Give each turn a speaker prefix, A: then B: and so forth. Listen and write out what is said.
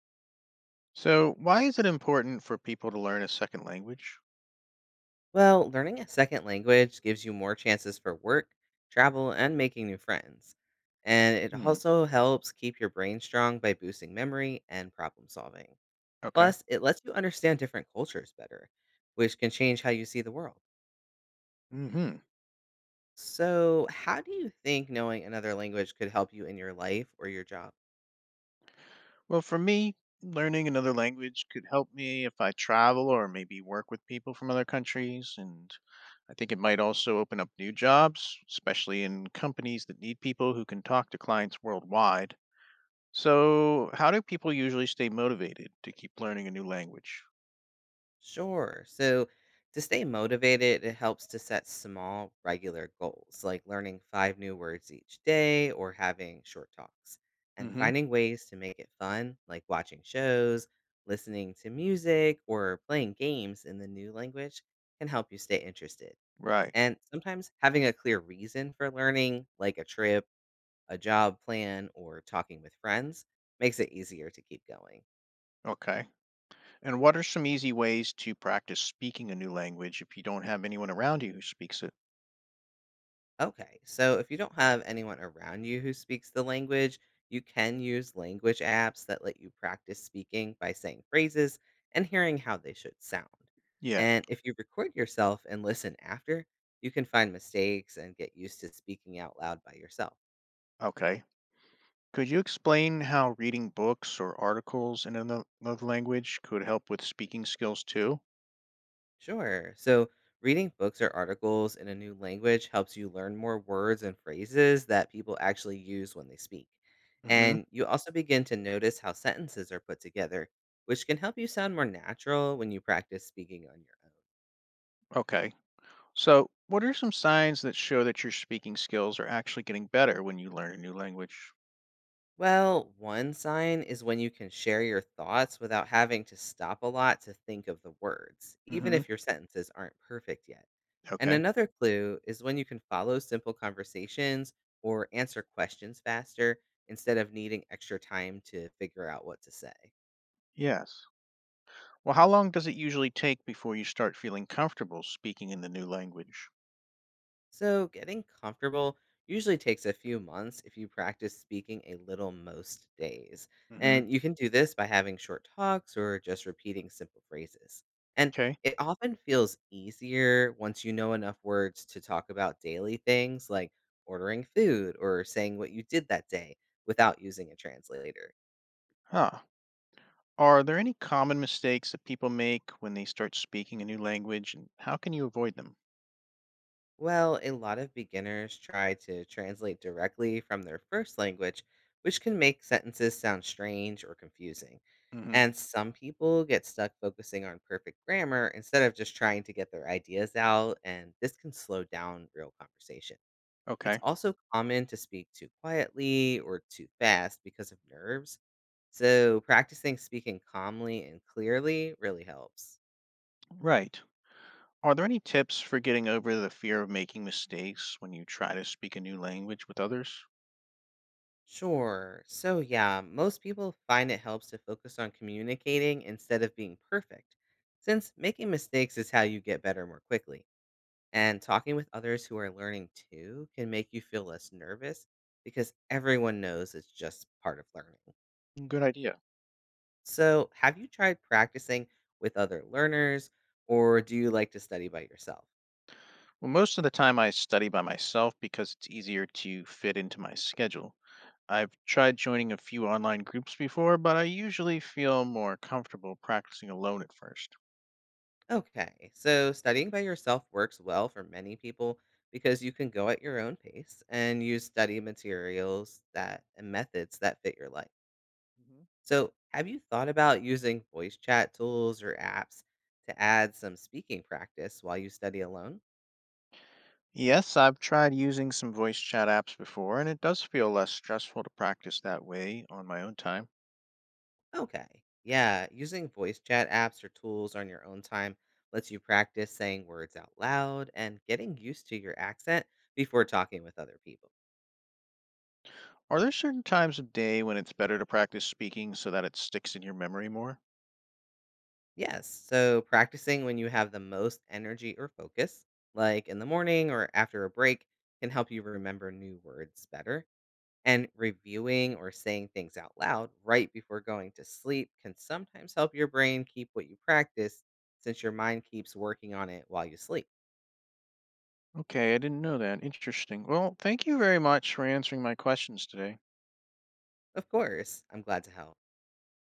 A: So, why is it important for people to learn a second language?
B: Well, learning a second language gives you more chances for work, travel, and making new friends. And it
A: Hmm.
B: also helps keep your brain strong by boosting memory and problem solving.
A: Okay.
B: Plus, it lets you understand different cultures better, which can change how you see the world.
A: Hmm.
B: So, how do you think knowing another language could help you in your life or your job?
A: Well, for me, learning another language could help me if I travel or maybe work with people from other countries. And I think it might also open up new jobs, especially in companies that need people who can talk to clients worldwide. So, how do people usually stay motivated to keep learning a new language?
B: Sure. So to stay motivated, it helps to set small, regular goals, like learning five new words each day or having short talks, and
A: Hmm.
B: finding ways to make it fun, like watching shows, listening to music, or playing games in the new language can help you stay interested.
A: Right.
B: And sometimes having a clear reason for learning, like a trip, a job plan, or talking with friends, makes it easier to keep going.
A: Okay. And what are some easy ways to practice speaking a new language if you don't have anyone around you who speaks it?
B: Okay, so if you don't have anyone around you who speaks the language, you can use language apps that let you practice speaking by saying phrases and hearing how they should sound.
A: Yeah.
B: And if you record yourself and listen after, you can find mistakes and get used to speaking out loud by yourself.
A: Okay. Could you explain how reading books or articles in another language could help with speaking skills too?
B: Sure. So, reading books or articles in a new language helps you learn more words and phrases that people actually use when they speak.
A: Hmm.
B: And you also begin to notice how sentences are put together, which can help you sound more natural when you practice speaking on your.
A: Okay. So, what are some signs that show that your speaking skills are actually getting better when you learn a new language?
B: Well, one sign is when you can share your thoughts without having to stop a lot to think of the words, even
A: Hmm.
B: if your sentences aren't perfect yet. And
A: Okay.
B: another clue is when you can follow simple conversations or answer questions faster instead of needing extra time to figure out what to say.
A: Yes. Well, how long does it usually take before you start feeling comfortable speaking in the new language?
B: So, getting comfortable usually takes a few months if you practice speaking a little most days.
A: Hmm.
B: And you can do this by having short talks or just repeating simple phrases. And
A: Okay.
B: it often feels easier once you know enough words to talk about daily things like ordering food or saying what you did that day without using a translator.
A: Huh. Are there any common mistakes that people make when they start speaking a new language, and how can you avoid them?
B: Well, a lot of beginners try to translate directly from their first language, which can make sentences sound strange or confusing.
A: Hmm.
B: And some people get stuck focusing on perfect grammar instead of just trying to get their ideas out, and this can slow down real conversation. It's
A: Okay.
B: also common to speak too quietly or too fast because of nerves, so practicing speaking calmly and clearly really helps.
A: Right. Are there any tips for getting over the fear of making mistakes when you try to speak a new language with others?
B: Sure. So, yeah, most people find it helps to focus on communicating instead of being perfect, since making mistakes is how you get better more quickly. And talking with others who are learning too can make you feel less nervous because everyone knows it's just part of learning.
A: Good idea.
B: So, have you tried practicing with other learners, or do you like to study by yourself?
A: Well, most of the time I study by myself because it's easier to fit into my schedule. I've tried joining a few online groups before, but I usually feel more comfortable practicing alone at first.
B: Okay, so studying by yourself works well for many people because you can go at your own pace and use study materials that and methods that fit your life.
A: Mhm.
B: So, have you thought about using voice chat tools or apps to add some speaking practice while you study alone?
A: Yes, I've tried using some voice chat apps before, and it does feel less stressful to practice that way on my own time.
B: Okay, yeah, using voice chat apps or tools on your own time lets you practice saying words out loud and getting used to your accent before talking with other people.
A: Are there certain times of day when it's better to practice speaking so that it sticks in your memory more?
B: Yes. So practicing when you have the most energy or focus, like in the morning or after a break, can help you remember new words better. And reviewing or saying things out loud right before going to sleep can sometimes help your brain keep what you practice, since your mind keeps working on it while you sleep.
A: Okay, I didn't know that. Interesting. Well, thank you very much for answering my questions today.
B: Of course, I'm glad to help.